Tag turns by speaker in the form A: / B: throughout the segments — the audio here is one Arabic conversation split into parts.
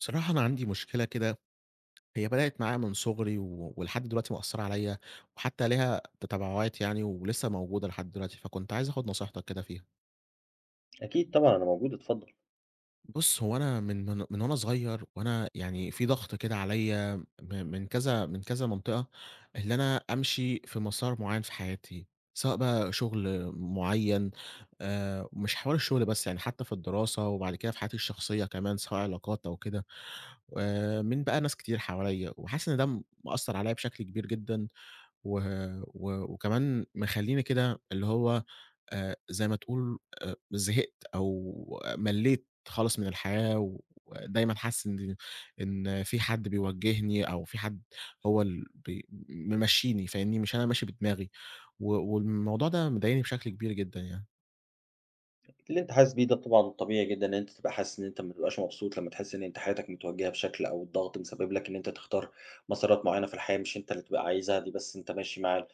A: بصراحة أنا عندي مشكلة كده. هي بدأت معايا من صغري ولحد دلوقتي مأثّرة عليّا، وحتى ليها تبعات يعني ولسه موجودة لحد دلوقتي، فكنت عايز آخُد نصيحتك كده فيها.
B: أكيد طبعًا أنا موجود اتفضل.
A: بُص، هو أنا من وأنا صغير، وأنا يعني في ضغط كده عليّا من كذا من كذا منطقة، اللي أنا أمشي في مسار معيّن في حياتي، سواء بقى شغل معيّن، مش حوار الشغل بس، يعني حتى في الدراسة وبعد كده في حياتي الشخصية كمان، سواء علاقات أو كده، من بقى ناس كتير حواليّا، وحاسس إن ده مأثّر عليّا بشكل كبير جدًا. و و وكمان مخلّيني كده اللي هو، زي ما تقول، زهقت أو ملّيت خالص من الحياة، ودايمًا حاسس إن في حد بيوجّهني أو في حد هو ال بي ممشّيني، فاهمني؟ مش أنا ماشي بدماغي، والموضوع ده مضايقني بشكل كبير جدًا يعني.
B: اللي أنت حاسس بيه ده طبعًا طبيعي جدًا إن أنت تبقى حاسس إن أنت ما تبقاش مبسوط لمّا تحس إن أنت حياتك متوجهة بشكل أو الضغط مسبب لك إن أنت تختار مسارات معيّنة في الحياة مش أنت اللي تبقى عايزها، دي بس أنت ماشي مع ال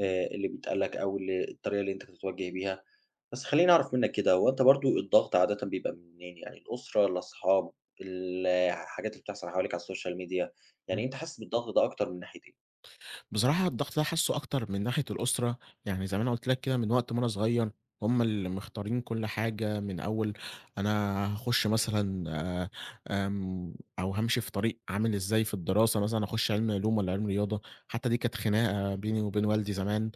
B: اللي بيتقال لك أو اللي الطريقة اللي أنت بتتوجه بيها. بس خلّيني أعرف منّك كده، هو أنت برضه الضغط عادةً بيبقى منين؟ يعني الأسرة، الأصحاب، الحاجات اللي بتحصل حواليك على السوشيال ميديا، يعني
A: إمم.
B: أنت حاسس بالضغط ده أكتر من ناحية إيه؟
A: بصراحة الضغط ده حاسُّه أكتر من ناحية الأسرة، يعني زي ما أنا قُلت لك كده، من وقت ما أنا صغير هُم اللي مختارين كل حاجة، من أول أنا هاخُش مثلًا، آآ آمم أو هامشي في طريق عامل إزاي في الدراسة مثلًا، هاخُش علمي علوم والّا علمي رياضة، حتى دي كانت خناقة بيني وبين والدي زمان،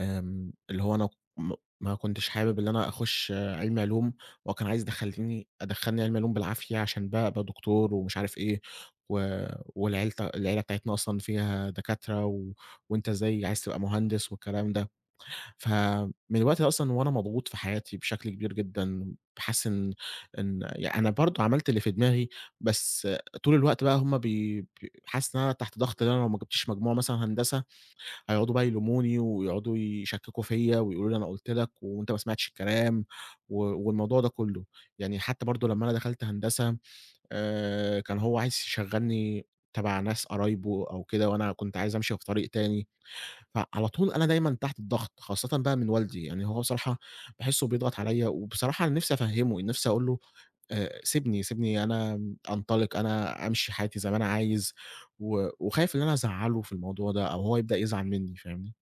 A: اللي هو أنا م ما كنتش حابب إن أنا أخُش علمي علوم، هو كان عايز أدخّلني علمي علوم بالعافية عشان بقى أبقى دكتور ومش عارف إيه، و والعيلة العيلة بتاعتنا أصلًا فيها دكاترة، وأنت إزاي عايز تبقى مهندس والكلام ده. فمن الوقت ده أصلًا وأنا مضغوط في حياتي بشكل كبير جدًا، باحس إن يعني أنا برضه عملت اللي في دماغي، بس طول الوقت بقى هم بي ب حاسس إن أنا تحت ضغط، إن أنا لو ما جبتش مجموع مثلًا هندسة، هيقعدوا بقى يلوموني ويقعدوا يشككوا فيّا ويقولوا لي: "أنا قُلت لك وأنت ما سمعتش الكلام." والموضوع ده كُلّه. يعني حتى برضه لمّا أنا دخلت هندسة، كان هو عايز يشغّلني تبع ناس قرايبه أو كده، وأنا كنت عايز أمشي في طريق تاني. فعلى طول أنا دايمًا تحت الضغط، خاصةً بقى من والدي. يعني هو بصراحة باحسه بيضغط عليَّ، وبصراحة أنا نفسي أفهّمه، نفسي أقول له سيبني، سيبني أنا أنطلق، أنا أمشي حياتي زي ما أنا عايز، وخايف إن أنا أزعّله في الموضوع ده أو هو يبدأ يزعل منّي، فاهمني؟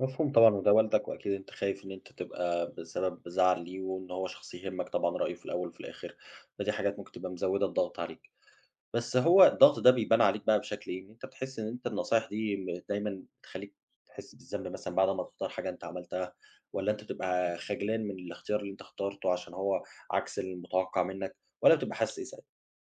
B: مفهوم طبعًا، وده والدك، وأكيد أنت خايف إن أنت تبقى بسبب زعل ليه، وإن هو شخص يهمك طبعًا رأيه في الأول وفي الآخر، فدي حاجات ممكن تبقى مزوّدة الضغط عليك. بس هو الضغط ده بيبان عليك بقى بشكل إيه؟ إن أنت بتحس إن أنت النصايح دي دايمًا بتخلّيك تحس بالذنب مثلًا بعد ما تختار حاجة أنت عملتها، والّا أنت بتبقى خجلان من الاختيار اللي أنت اخترته عشان هو عكس المتوقع منك، والّا بتبقى حاسس إيه ساعتها؟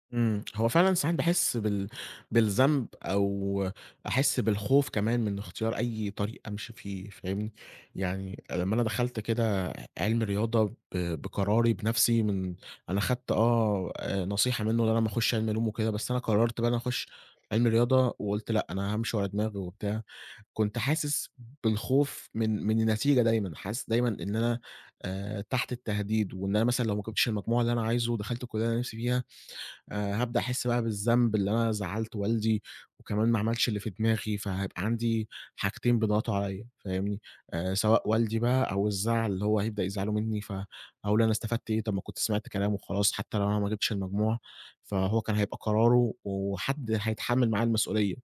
A: هو فعلًا ساعات باحس بالذنب، أو أحس بالخوف كمان من اختيار أي طريق أمشي فيه، فاهمني؟ يعني لمّا أنا دخلت كده علم رياضة بقراري بنفسي، من أنا خدت نصيحة منه إن أنا ما أخُش علم علوم وكده، بس أنا قررت بقى إن أنا أخُش علم رياضة وقُلت لأ، أنا هامشي ورا دماغي وبتاع، كنت حاسس بالخوف من النتيجة دايمًا، حاسس دايمًا إن أنا تحت التهديد، وإن أنا مثلًا لو ما جِبتش المجموع اللي أنا عايزه ودخلت الكلية اللي أنا نفسي فيها، هابدأ أحس بقى بالذنب اللي أنا زعّلت والدي، وكمان ما عملتش اللي في دماغي، فهيبقى عندي حاجتين بيضغطوا عليّا، فاهمني؟ سواء والدي بقى أو الزعل اللي هو هيبدأ يزعله منّي، فهاقول أنا استفدت إيه؟ طب ما كنت سمعت كلامه وخلاص، حتى لو أنا ما جِبتش المجموع، فهو كان هيبقى قراره وحد هيتحمّل معاه المسؤولية.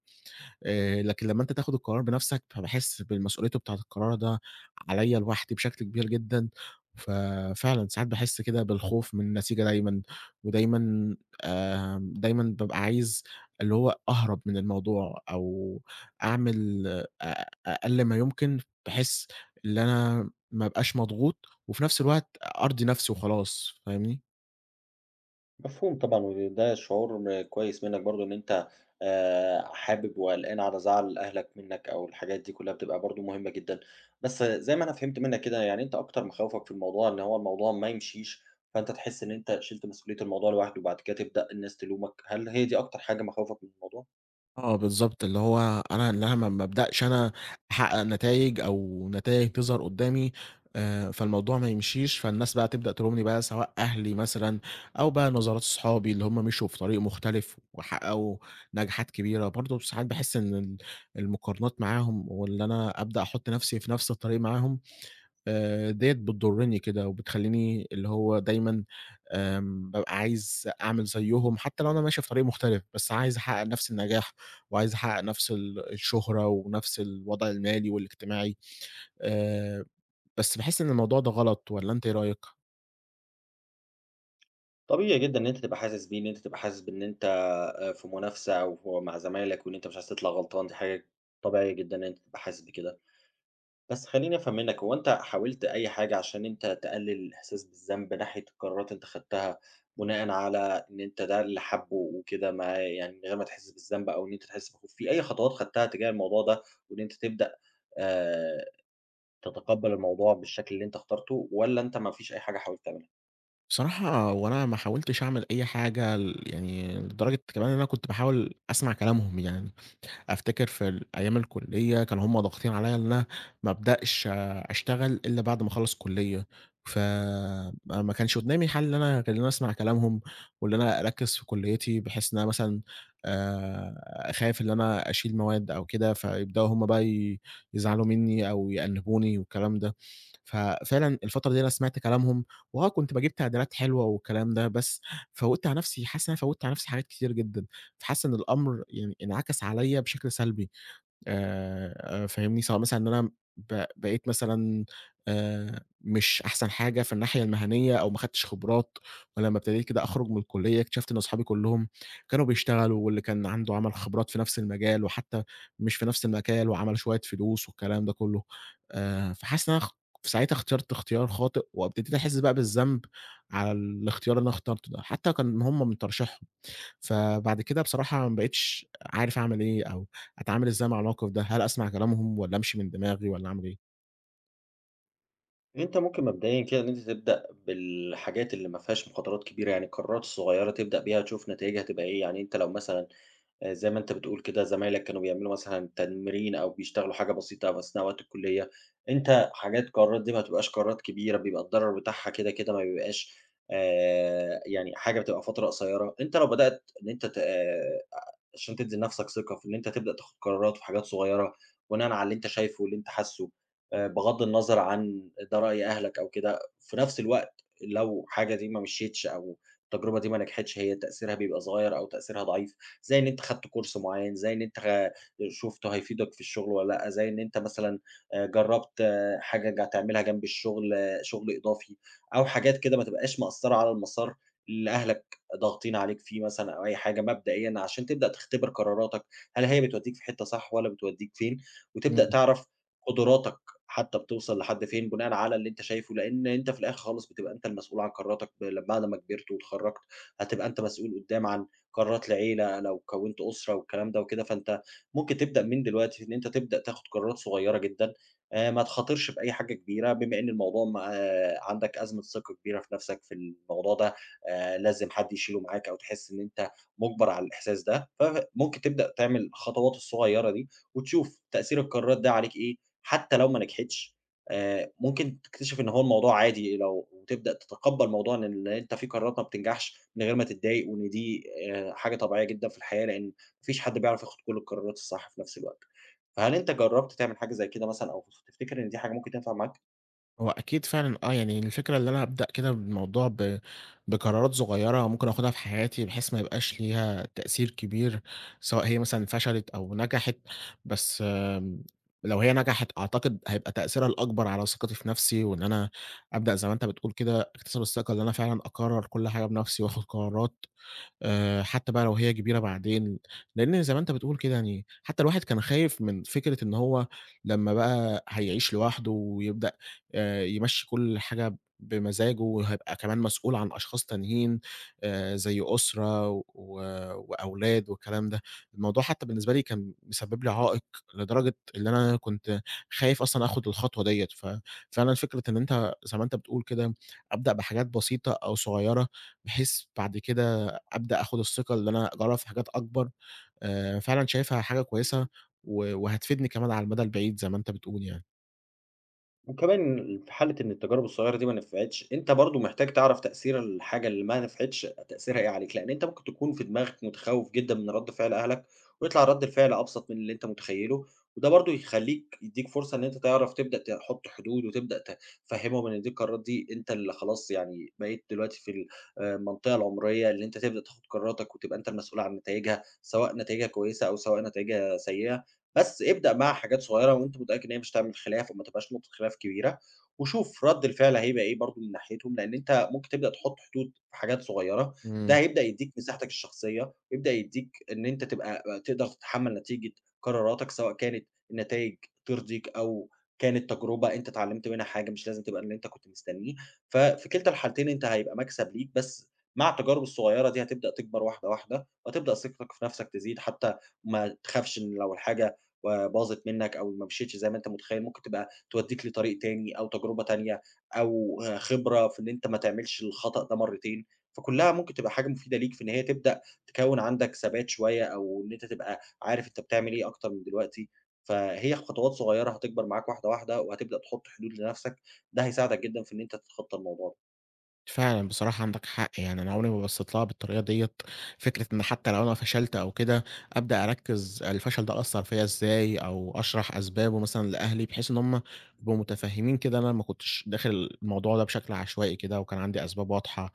A: لكن لمّا أنت تاخد القرار بنَفْسك، فباحس بالمسؤوليته بتاعة القرار ده عليّا لوحدي بشكل كبير جدًا، ففعلًا ساعات باحس كده بالخوف من النتيجة دايمًا، ودايمًا دايمًا بابقى عايز اللي هو أهرب من الموضوع، أو أعمل أقل ما يمكن، بحيث اللي أنا ما ابقاش مضغوط، وفي نَفْس الوقت أرضي نَفْسي وخلاص، فاهمني؟
B: مفهوم طبعًا، وده شعور كويس منّك برضه، إن أنت حابب وقلقان على زعل أهلك منّك أو الحاجات دي كلّها بتبقى برضه مهمة جدًا. بس زي ما أنا فهمت منّك كده، يعني أنت أكتر مخاوفك في الموضوع إن هو الموضوع ما يمشيش، فأنت تحس إن أنت شِلت مسؤولية الموضوع لوحده وبعد كده تبدأ الناس تلومك، هل هي دي أكتر حاجة مخاوفك من الموضوع؟
A: آه، بالضبط، اللي هو أنا إن أنا ما ابدأش أنا أحقق نتايج، أو نتايج تظهر قدّامي، فالموضوع ما يمشيش، فالناس بقى تبدأ تلومني بقى، سواء أهلي مثلًا أو بقى نظرات صحابي اللي هم مشوا في طريق مختلف وحققوا نجاحات كبيرة. برضه ساعات باحس إن المقارنات معاهم وإن أنا أبدأ أحط نفسي في نفس الطريق معاهم، ديّة بتضرني كده، وبتخلّيني اللي هو دايمًا بابقى عايز أعمل زيّهم، حتى لو أنا ماشي في طريق مختلف، بس عايز أحقق نفس النجاح، وعايز أحقق نفس الشهرة، ونفس الوضع المالي والاجتماعي. آآ بس باحس إن الموضوع ده غلط، والّا أنت إيه رأيك؟ آه.
B: طبيعي جدًا إن أنت تبقى حاسس بيه، إن أنت تبقى حاسس بإن أنت في منافسة أو مع زمايلك وإن أنت مش عايز تطلع غلطان، دي حاجة طبيعية جدًا إن أنت تبقى حاسس بكده. بس خلّيني أفهم منّك، هو أنت حاولت أي حاجة عشان أنت تقلّل الإحساس بالذنب ناحية القرارات أنت خدتها، بناءً على إن أنت ده اللي حابّه وكده، ما يعني من غير ما تحس بالذنب أو إن أنت تحس بخوف، في أي خطوات خدتها تجاه الموضوع ده، وإن أنت تبدأ آآ تتقبّل الموضوع بالشكل اللي أنت اخترته، والّا أنت ما فيش أي حاجة حاولت تعملها؟
A: بصراحة هو أنا ما حاولتش أعمل أي حاجة يعني لدرجة كمان إن أنا كنت باحاول أسمع كلامهم يعني. أفتكر في أيام الكُلّية كانوا هُم ضاغطين عليّا إن أنا ما أبدأش أشتغل إلا بعد ما أخلّص كُلّية، ف ما ما كانش قُدّامي حل إن أنا غير إن أنا أسمع كلامهم، وإن أنا أركّز في كُلّيتي، بحيث إن أنا مثلًا خايف إن أنا أشيل مواد أو كده، فيبدؤوا هُم بقى يزعلوا منّي أو يأنِّبوني والكلام ده. ففعلًا الفترة دي أنا سمعت كلامهم، وآه، كنت باجيب تعديلات حلوة والكلام ده، بس فوّتت على نَفْسي، حاسس إن أنا فوّتت على نَفْسي حاجات كتير جدًا. فحاسس إن الأمر يعني انعكس عليَّ بشكل سلبي، فاهمني؟ سواء مثلًا إن أنا بقيت مثلًا مش أحسن حاجة في الناحية المهنية، أو ما خدتش خبرات، ولمّا ابتديت كده أخرج من الكلية اكتشفت إن أصحابي كلّهم كانوا بيشتغلوا، واللي كان عنده عمل خبرات في نفس المجال، وحتى مش في نفس المجال وعمل شوية فلوس والكلام ده كلّه. فحاسس إن أنا ساعتها اخترت اختيار خاطئ، وابتديت أحس بقى بالذنب على الاختيار اللي أنا اخترته ده، حتى كان هم من ترشيحهم. فبعد كده بصراحة ما بقيتش عارف أعمل إيه، أو أتعامل إزاي مع الموقف ده، هل أسمع كلامهم والّا أمشي من دماغي والّا أعمل إيه؟
B: يعني أنت ممكن مبدئيًا كده إن أنت تبدأ بالحاجات اللي ما فيهاش مخاطرات كبيرة، يعني القرارات الصغيّرة تبدأ بيها تشوف نتايجها هتبقى إيه. يعني أنت لو مثلًا زي ما أنت بتقول كده، زمايلك كانوا بيعملوا مثلًا تمرين أو بيشتغلوا حاجة بسيطة أثناء وقت الكلية، أنت حاجات قرارات دي ما بتبقاش قرارات كبيرة، بيبقى الضرر بتاعها كده، ما بيبقاش يعني حاجة بتبقى فترة قصيّرة. أنت لو بدأت إن أنت ت آه، عشان تدّي لنَفْسك ثقة في إن أنت تبدأ تاخُد قرارات في حاجات صغيّرة بناءً على اللي أنت شايفه واللي أنت حاسّه، بغَض النظر عن ده رأي أهلك أو كده. في نَفْس الوقت لو حاجة دي ما مشيتش أو التجربة دي ما نجحتش، هي تأثيرها بيبقى صغيّر أو تأثيرها ضعيف، زي إن أنت خدت course معيّن، زي إن أنت شُفته هيفيدك في الشغل والّا لأ، زي إن أنت مثلًا جرّبت حاجة تعملها جنب الشغل، شغل إضافي أو حاجات كده ما تبقاش مأثّرة على المسار اللي أهلك ضاغطين عليك فيه مثلًا، أو أي حاجة مبدئيًا عشان تبدأ تختبر قراراتك، هل هي بتودّيك في حتّة صح والّا بتودّيك فين، وتبدأ
A: إمم.
B: تعرف قدراتك حتّى بتوصل لحد فين بناءً على اللي أنت شايفه، لإن أنت في الآخر خالص بتبقى أنت المسؤول عن قراراتك بعد ما كبرت واتخرّجت، هتبقى أنت مسؤول قدّام عن قرارات العيلة لو كوّنت أسرة والكلام ده وكده. فأنت ممكن تبدأ من دلوقتي إن أنت تبدأ تاخد قرارات صغيّرة جدًا، ما تخاطرش بأي حاجة كبيرة بما إن الموضوع عندك أزمة ثقة كبيرة في نَفْسك في الموضوع ده. لازم حد يشيله معاك أو تحس إن أنت مُجبَر على الإحساس ده، فممكن تبدأ تعمل الخطوات الصغيّرة دي وتشوف تأثير القرارات ده عليك إيه. حتى لو ما نجحتش، ممكن تكتشف إن هو الموضوع عادي لو وتبدأ تتقبّل موضوع إن اللي أنت في قرارات ما بتنجحش من غير ما تتضايق، وإن دي حاجة طبيعية جدًا في الحياة، لإن ما فيش حد بيعرف ياخُد كل القرارات الصح في نفس الوقت. فهل أنت جرّبت تعمل حاجة زي كده مثلًا، أو تفتكر إن دي حاجة ممكن تنفع معاك؟
A: هو أكيد فعلًا آه، يعني الفكرة اللي أنا أبدأ كده بالموضوع بقرارات صغيرة ممكن آخُدها في حياتي بحيث ما يبقاش ليها تأثير كبير، سواء هي مثلًا فشلت أو نجحت، بس لو هي نجحت أعتقد هيبقى تأثيرها الأكبر على ثقتي في نَفْسي، وإن أنا أبدأ زي ما أنت بتقول كده أكتسب الثقة اللي أنا فعلًا أقرّر كل حاجة بنَفْسي وآخُد قرارات، حتى بقى لو هي كبيرة بعدين، لإن زي ما أنت بتقول كده يعني حتى الواحد كان خايف من فكرة إن هو لمّا بقى هيعيش لوحده ويبدأ يمشّي كل حاجة بمزاجه وهيبقى كمان مسؤول عن أشخاص تانيين، زي أسرة وأولاد والكلام ده. الموضوع حتى بالنسبة لي كان مسبب لي عائق لدرجة اللي أنا كنت خايف أصلًا آخُد الخطوة ديّة. ففعلًا فكرة إن أنت زي ما أنت بتقول كده أبدأ بحاجات بسيطة أو صغيرة، بحيث بعد كده أبدأ آخُد الثقة اللي أنا أجرّب في حاجات أكبر، فعلًا شايفها حاجة كويسة وهتفيدني كمان على المدى البعيد زي ما أنت بتقول يعني.
B: وكمان في حالة إن التجارب الصغيرة دي ما نفعتش، أنت برضه محتاج تعرف تأثير الحاجة اللي ما نفعتش تأثيرها إيه عليك، لأن أنت ممكن تكون في دماغك متخوّف جدًا من رد فعل أهلك، ويطلع رد الفعل أبسط من اللي أنت متخيّله، وده برضه يخلّيك يدّيك فرصة إن أنت تعرف تبدأ تحط حدود، وتبدأ تفهّمهم إن دي القرارات دي أنت اللي خلاص يعني بقيت دلوقتي في ال المنطقة العمرية اللي أنت تبدأ تاخد قراراتك وتبقى أنت المسؤول عن نتايجها، سواء نتايجها كويسة أو سواء نتايجها سيئة. بس ابدأ مع حاجات صغيرة وأنت متأكد إن هي مش هتعمل خلاف وما تبقاش نقطة خلاف كبيرة، وشوف رد الفعل هيبقى إيه برضه من ناحيتهم، لأن أنت ممكن تبدأ تحط حدود في حاجات صغيرة، ده
A: إمم،
B: هيبدأ يدّيك مساحتك الشخصية، ويبدأ يدّيك إن أنت تبقى تقدر تتحمل نتيجة قراراتك، سواء كانت النتايج ترضيك، أو كانت تجربة أنت اتعلمت منها حاجة مش لازم تبقى اللي أنت كنت مستنيه. ففي كلتا الحالتين أنت هيبقى مكسب ليك، بس مع التجارب الصغيرة دي هتبدأ تكبر واحدة واحدة، وهتبدأ ثقتك في نفسك تزيد، حتى ما تخافش إن لو الحاجة وباظت منّك أو ما مشيتش زي ما أنت متخيّل، ممكن تبقى تودّيك لطريق تاني أو تجربة تانية أو خبرة في إن أنت ما تعملش الخطأ ده مرّتين، فكُلّها ممكن تبقى حاجة مفيدة ليك في إن هي تبدأ تكوّن عندك ثبات شوية أو إن أنت تبقى عارف أنت بتعمل إيه أكتر من دلوقتي. فهي خطوات صغيّرة هتكبر معاك واحدة، واحدة، وهتبدأ تحُط حدود لنَفْسك، ده هيساعدك جدًا في إن أنت تتخطّى الموضوع ده.
A: فعلًا بصراحة عندك حق، يعني أنا عمري ما بصّيت لها بالطريقة ديّة، فكرة إن حتّى لو أنا فشلت أو كده أبدأ أركّز الفشل ده أثّر فيّا إزاي أو أشرح أسبابه مثلًا لأهلي، بحيث إن هم يبقوا متفهّمين كده أنا ما كنتش داخل الموضوع ده بشكل عشوائي كده وكان عندي أسباب واضحة.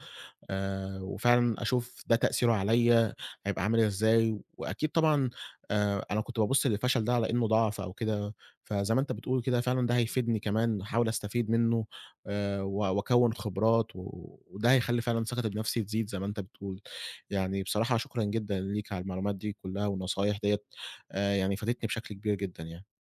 A: وفعلًا أشوف ده تأثيره عليّا هيبقى عامل إزاي، وأكيد طبعًا أنا كنت بابُص للفشل ده على إنه ضعف أو كده، فزي ما أنت بتقول كده فعلًا ده هيفيدني كمان، هاحاول أستفيد منّه وأكوّن خبرات، وده هيخلّي فعلًا ثقتي بنفسي تزيد زي ما أنت بتقول. يعني بصراحة شكرًا جدًا ليك على المعلومات دي كُلّها والنصايح ديّة، يعني فادتني بشكل كبير جدًا يعني.